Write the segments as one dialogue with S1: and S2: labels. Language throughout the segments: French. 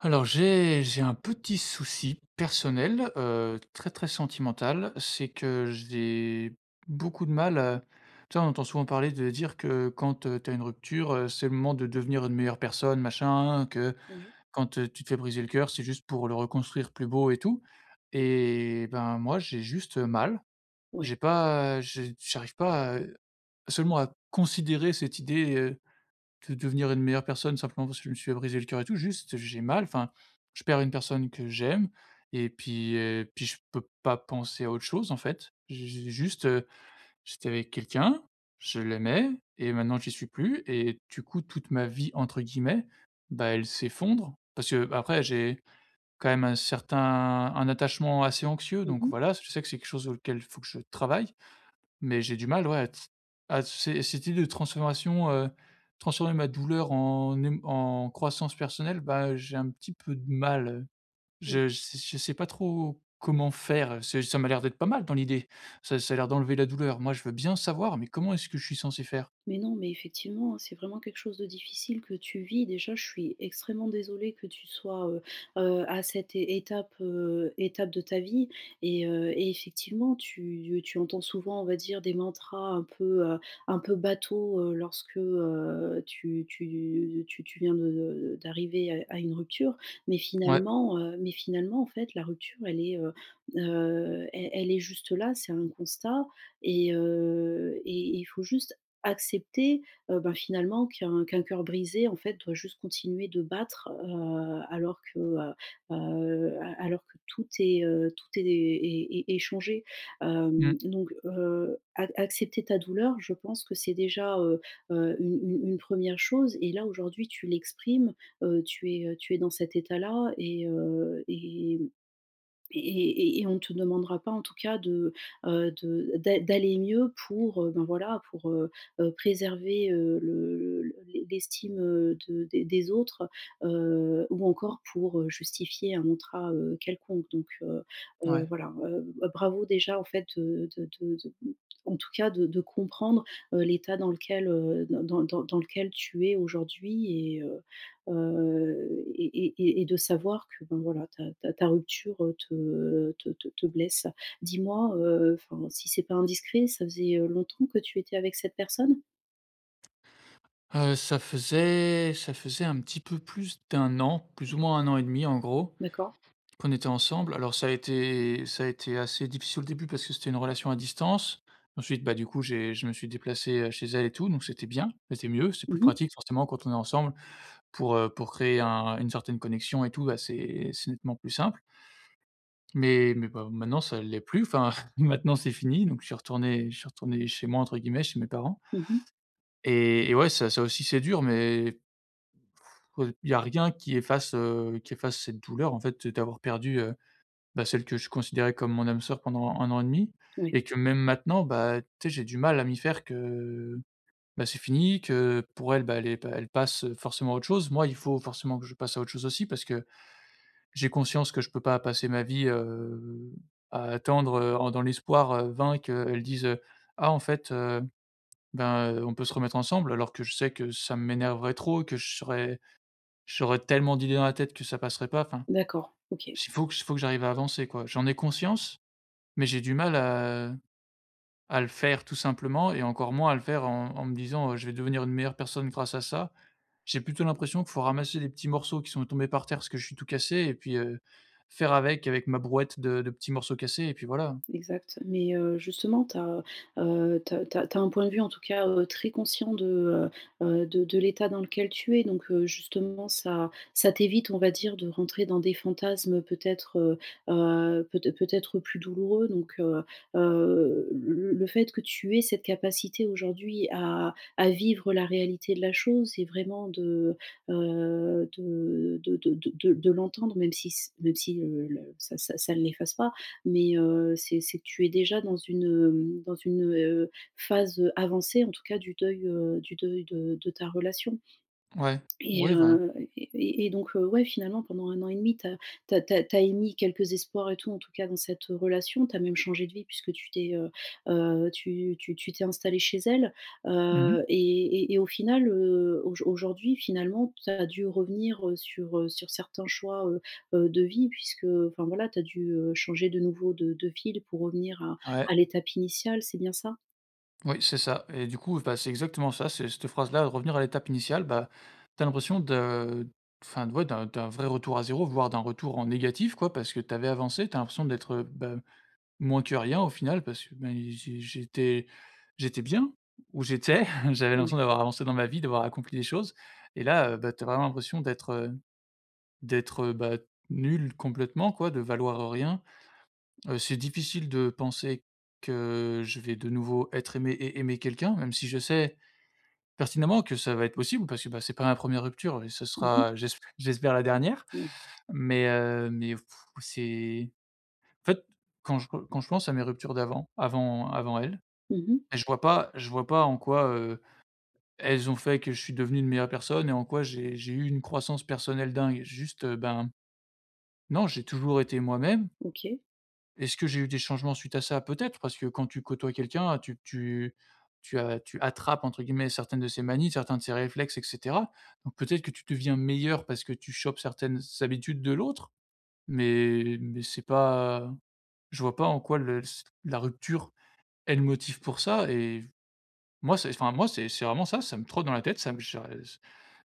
S1: Alors j'ai un petit souci personnel, très, très sentimental, c'est que j'ai beaucoup de mal à tu sais, on entend souvent parler de dire que quand, tu as une rupture, c'est le moment de devenir une meilleure personne, machin, que
S2: Ouais,
S1: quand, tu te fais briser le cœur, c'est juste pour le reconstruire plus beau et tout et ben, moi, j'ai juste, mal.
S2: ouais.
S1: J'arrive pas à seulement à considérer cette idée, de devenir une meilleure personne simplement parce que je me suis brisé le cœur et tout, juste j'ai mal, enfin, je perds une personne que j'aime et puis, puis je peux pas penser à autre chose en fait. J'ai juste, j'étais avec quelqu'un, je l'aimais et maintenant j'y suis plus et du coup toute ma vie entre guillemets, bah, elle s'effondre parce que bah, après j'ai quand même un certain un attachement assez anxieux
S2: Mmh
S1: donc
S2: mh.
S1: voilà, je sais que c'est quelque chose auquel il faut que je travaille mais j'ai du mal, ouais, à ces cette idée de transformation, transformer ma douleur en émo en croissance personnelle, bah, j'ai un petit peu de mal,
S2: Mmh.
S1: je sais pas trop comment faire. C'est ça m'a l'air d'être pas mal dans l'idée. Ça a l'air d'enlever la douleur. Moi, je veux bien savoir, mais comment est-ce que je suis censé faire?
S2: Mais non, mais effectivement, c'est vraiment quelque chose de difficile que tu vis. Déjà, je suis extrêmement désolée que tu sois à cette é étape, étape de ta vie et effectivement, tu entends souvent, on va dire, des mantras un peu bateaux, lorsque, tu viens de d'arriver à une rupture. Mais
S1: Ouais.
S2: finalement, en fait, la rupture, elle est, elle est juste là, c'est un constat et il faut juste accepter, ben, finalement qu'un cœur brisé, en fait, doit juste continuer de battre, heu, alors que tout est changé.
S1: Mmh,
S2: Hem, donc ac accepter ta douleur, je pense que c'est déjà, une 1 chose et là, aujourd'hui, tu l'exprimes, tu es dans cet état-là et on ne te demandera pas en tout cas de, d'aller mieux pour, ben, voilà, pour, préserver, le l'es l'estime, de des autres, ou encore pour, justifier un contrat, quelconque. Heu,
S1: ouais.
S2: voilà, heu, Bravo déjà en fait de en tout cas de comprendre, l'état dans lequel, dans lequel tu es aujourd'hui et et de savoir que, ben, voilà, ta rupture, te blesse. Dis-moi, enfin, si c'est pas indiscret, ça faisait, longtemps que tu étais avec cette personne?
S1: Ça faisait un petit peu plus d'un an, plus ou moins un an et demi, en gros.
S2: D'accord.
S1: Qu'on était ensemble. Alors ça a été assez difficile au début parce que c'était une relation à distance. Ensuite, bah, du coup, j'ai je me suis déplacé, chez elle et tout, donc c'était bien, c'était mieux, c'est plus
S2: Mhm,
S1: pratique forcément quand on est ensemble pour créer un une certaine connexion et tout, bah, c'est nettement plus simple. Mais bah, maintenant ça ne l'est plus, enfin maintenant c'est fini, donc je suis retourné «chez moi» entre guillemets, chez mes parents
S2: mhm,
S1: et ouais, ça aussi c'est dur mais il y a rien qui efface, qui efface cette douleur en fait, d'avoir perdu, bah, celle que je considérais comme mon âme sœur pendant un an et demi
S2: ouais.
S1: et que même maintenant, bah, tu sais, j'ai du mal à m'y faire que, bah, c'est fini, que pour elle, bah, elle est pa elle passe, forcément à autre chose. Moi, il faut forcément que je passe à autre chose aussi parce que j'ai conscience que je peux pas passer ma vie, à attendre, en dans l'espoir, vain qu'elle dise, «Ah en fait, ben, on peut se remettre ensemble», alors que je sais que ça m'énerverait trop, que je serais j'aurais tellement d'idées dans la tête que ça passerait pas, enfin,
S2: D'accord, OK.
S1: il faut que j'arrive à avancer, quoi. J'en ai conscience, mais j'ai du mal à le faire tout simplement et encore moins à le faire en en me disant, «Je vais devenir une meilleure personne grâce à ça». J'ai plutôt l'impression qu'il faut ramasser des petits morceaux qui sont tombés par terre parce que je suis tout cassé et puis, faire avec, avec ma brouette de petits morceaux cassés et puis voilà.
S2: Exact, mais justement, tu as, heu, un point de vue, en tout cas, très conscient de, de l'état dans lequel tu es donc justement, ça t'évite, on va dire, de rentrer dans des fantasmes peut-être, peut-être plus douloureux donc le fait que tu aies cette capacité aujourd'hui à vivre la réalité de la chose et vraiment de, l'entendre même si, le ça ne l'efface pas, mais c'est que tu es déjà dans une, dans une, phase, avancée en tout cas du deuil de ta relation.
S1: Ouais.
S2: Et
S1: Ouais, ben
S2: heu et et donc, ouais, finalement, pendant un an et demi 2 tu as émis quelques espoirs et tout, en tout cas, dans cette relation. Tu as même changé de vie puisque tu t'es, tu t'es installée chez elle,
S1: mmh.
S2: heu et et au final, aujourd'hui, finalement, tu as dû revenir, sur, sur certains choix, de vie puisque, enfin, voilà, tu as dû, changer de nouveau de ville pour revenir à
S1: Ouais.
S2: l'étape initiale, c'est bien ça?
S1: Oui, c'est ça et du coup, bah, c'est exactement ça, c'est cette phrase-là, revenir à l'étape initiale, bah, t'as l'impression de enfin, ouais, d'un vrai retour à zéro, voire d'un retour en négatif quoi, parce que t'avais avancé, t'as l'impression d'être, bah moins que rien au final parce que, ben, j'étais bien où j'étais. J'avais
S2: Ouais.
S1: l'impression d'avoir avancé dans ma vie, d'avoir accompli des choses et là, bah, tu as vraiment l'impression d'être, bah, nul complètement quoi, de valoir rien. C'est difficile de penser que je vais de nouveau être aimé et aimer quelqu'un, même si je sais pertinemment que ça va être possible parce que, bah, c'est pas ma première rupture et ce
S2: Mmh.
S1: sera j'esp j'espère la dernière.
S2: Ouais.
S1: Mais pff, c'est en fait, quand je pense à mes ruptures d'avant, avant elle.
S2: Mmh.
S1: Et je vois pas en quoi, elles ont fait que je suis devenu une meilleure personne et en quoi j'ai eu une croissance personnelle dingue. Juste, ben, non, j'ai toujours été moi-même.
S2: OK.
S1: Est-ce que j'ai eu des changements suite à ça? Peut-être, parce que quand tu côtoies quelqu'un, tu «attrapes» entre guillemets certaines de ses manies, certains de ses réflexes et cetera. Donc peut-être que tu deviens meilleur parce que tu chopes certaines habitudes de l'autre, mais c'est pas je vois pas en quoi le la rupture est le motif pour ça et moi, moi, c'est vraiment ça, ça me trotte dans la tête, ça me cha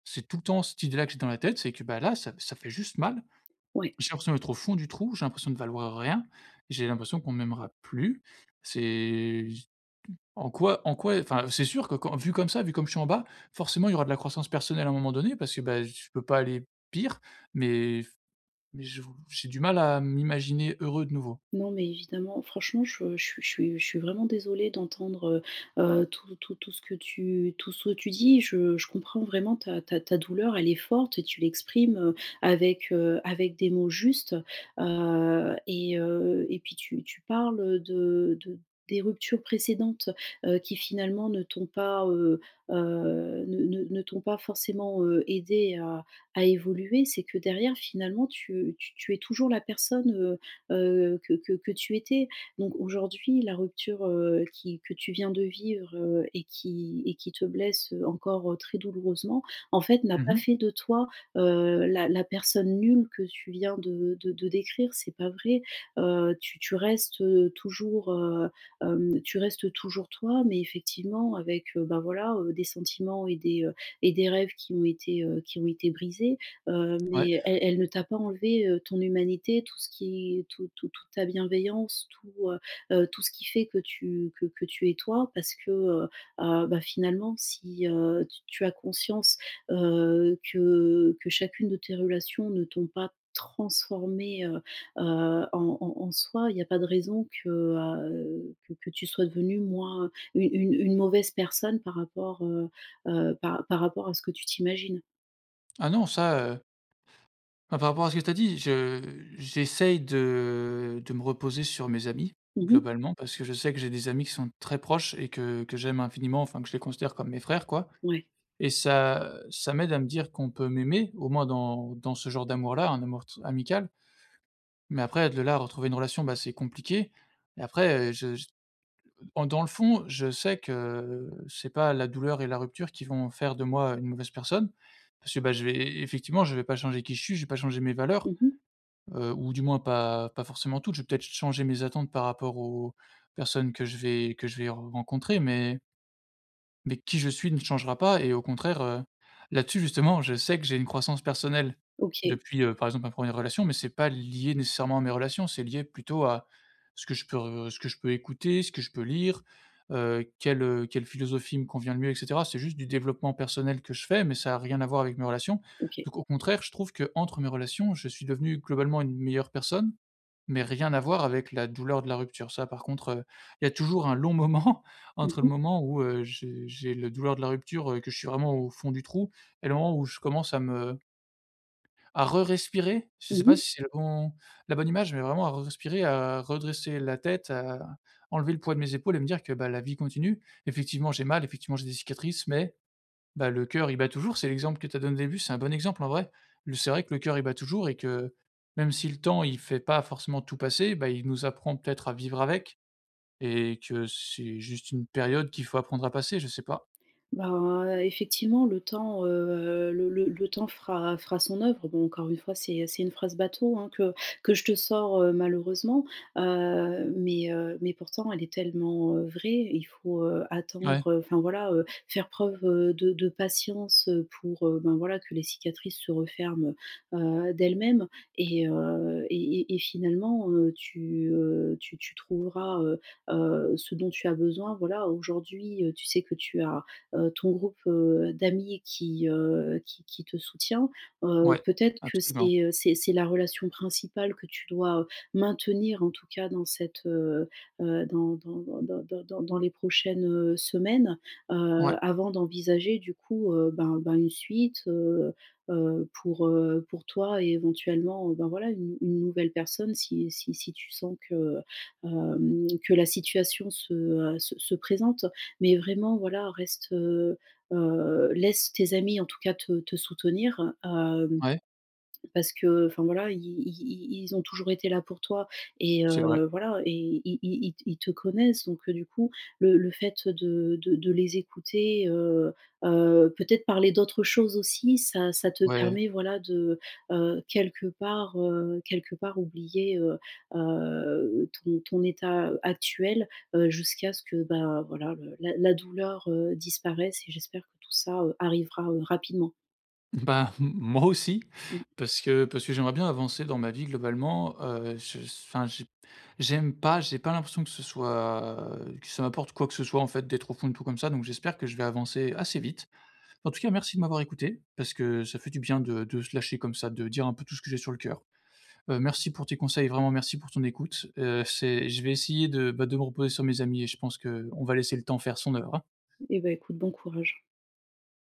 S1: c'est tout le temps cette idée-là que j'ai dans la tête, c'est que, bah, là, ça fait juste mal.
S2: Ouais.
S1: J'ai l'impression d'être au fond du trou, j'ai l'impression de valoir rien, j'ai l'impression qu'on ne m'aimera plus. C'est en quoi enfin, c'est sûr que quand vu comme ça, vu comme je suis en bas, forcément, il y aura de la croissance personnelle à un moment donné parce que, bah, je peux pas aller pire, mais mais je j'ai du mal à m'imaginer heureux de nouveau.
S2: Non, évidemment, franchement, je suis je suis je suis vraiment désolée d'entendre, tout tout ce que tu dis. Je comprends vraiment ta douleur, elle est forte et tu l'exprimes, avec, avec des mots justes, et puis tu parles, de des ruptures précédentes, qui finalement ne t'ont pas, ne t'ont pas forcément, aidée à évoluer. C'est que derrière, finalement, tu es toujours la personne, que tu étais. Donc aujourd'hui, la rupture, qui que tu viens de vivre, et qui te blesse, encore, très douloureusement, en fait, n'a pas
S1: Mmh.
S2: fait de toi, la personne nulle que tu viens de décrire, c'est pas vrai. Tu restes, toujours, tu restes toujours toi, mais effectivement avec, bah, voilà, des sentiments et des, des rêves qui ont été brisés.
S1: Ouais.
S2: Mais elle ne t'a pas enlevé, ton humanité, tout ce qui tout tout toute ta bienveillance, tout, tout ce qui fait que tu es toi parce que, bah, finalement si, tu as conscience, que chacune de tes relations ne t'ont pas transformée, en en soi, il n'y a pas de raison que, que tu sois devenue moins une une mauvaise personne par rapport, par par rapport à ce que tu t'imagines.
S1: Ah non, ça, bah, par rapport à ce que tu as dit, je j'essaye de me reposer sur mes amis,
S2: Mmh.
S1: globalement, parce que je sais que j'ai des amis qui sont très proches et que j'aime infiniment, enfin, que je les considère comme mes frères, quoi
S2: Ouais.
S1: et ça m'aide à me dire qu'on peut m'aimer, au moins dans ce genre d'amour-là, un amour t amical, mais après de là à retrouver une relation, bah, c'est compliqué et après, je j en dans le fond, je sais que c'est pas la douleur et la rupture qui vont faire de moi une mauvaise personne parce que, bah, je vais pas changer qui je suis, je vais pas changer mes valeurs.
S2: Mmh.
S1: Ou du moins pas forcément toutes, je vais peut-être changer mes attentes par rapport aux personnes que je vais rencontrer, mais qui je suis ne changera pas et au contraire, là-dessus justement, je sais que j'ai une croissance personnelle
S2: OK,
S1: depuis, par exemple ma première relation, mais c'est pas lié nécessairement à mes relations, c'est lié plutôt à ce que je peux écouter, ce que je peux lire, quelle philosophie me convient le mieux et cetera. C'est juste du développement personnel que je fais, mais ça a rien à voir avec mes relations.
S2: OK.
S1: Donc au contraire, je trouve que entre mes relations, je suis devenu globalement une meilleure personne mais rien à voir avec la douleur de la rupture. Ça, par contre, il y a toujours un long moment
S2: Mmh
S1: entre le
S2: mh.
S1: moment où, j'ai le douleur de la rupture, que je suis vraiment au fond du trou et le moment où je commence à re-respirer. Je ne sais pas
S2: Mmh.
S1: si c'est le bon la bonne image, mais vraiment à re-respirer, à redresser la tête, à enlever le poids de mes épaules et me dire que, bah, la vie continue. Effectivement, j'ai mal, effectivement, j'ai des cicatrices, mais bah, le cœur, il bat toujours, c'est l'exemple que tu as donné au début, c'est un bon exemple en vrai. Le c'est vrai que le cœur, il bat toujours et que même si le temps, il fait pas forcément tout passer, bah, il nous apprend peut-être à vivre avec et que c'est juste une période qu'il faut apprendre à passer, je sais pas.
S2: Ben, effectivement, le temps, le le temps fera fera son œuvre. Bon, encore une fois, c'est une phrase bateau, hein, que je te sors, malheureusement, mais pourtant elle est tellement, vraie. Il faut,
S1: Ouais,
S2: attendre, enfin voilà, faire preuve, de patience, pour, ben, voilà, que les cicatrices se referment, heu d'elles-mêmes et heu, et et et finalement, tu trouveras, ce dont tu as besoin. Voilà, aujourd'hui, tu sais que tu as ton groupe, d'amis qui, qui te soutient,
S1: ouais,
S2: peut-être que
S1: absolument.
S2: c'est, c'est la relation principale que tu dois, maintenir en tout cas dans cette, dans les prochaines, semaines, heu,
S1: Ouais,
S2: avant d'envisager du coup, ben une suite, pour toi et éventuellement, ben voilà une nouvelle personne si tu sens que, que la situation se, se présente mais vraiment, voilà, reste, laisse tes amis en tout cas te soutenir.
S1: ouais,
S2: Parce que, enfin voilà, i i ils ont toujours été là pour toi et
S1: c'est vrai.
S2: heu, voilà et i i ils ils te connaissent donc du coup, le fait de les écouter, peut-être parler d'autres choses aussi, ça te
S1: Ouais.
S2: permet, voilà, de, quelque part oublier, ton ton état actuel, jusqu'à ce que, bah, voilà, le la douleur, disparaisse et j'espère que tout ça, arrivera, rapidement.
S1: Bah, moi aussi,
S2: Mmh.
S1: parce que j'aimerais bien avancer dans ma vie globalement, je enfin, j'aime pas, j'ai pas l'impression que ce soit que ça m'apporte quoi que ce soit en fait d'être au fond de tout comme ça, donc j'espère que je vais avancer assez vite. En tout cas, merci de m'avoir écouté, parce que ça fait du bien de se lâcher comme ça, de dire un peu tout ce que j'ai sur le cœur. Merci pour tes conseils, vraiment merci pour ton écoute. C'est je vais essayer de, bah, de me reposer sur mes amis et je pense qu'on va laisser le temps faire son œuvre.
S2: Et bah, écoute, bon courage.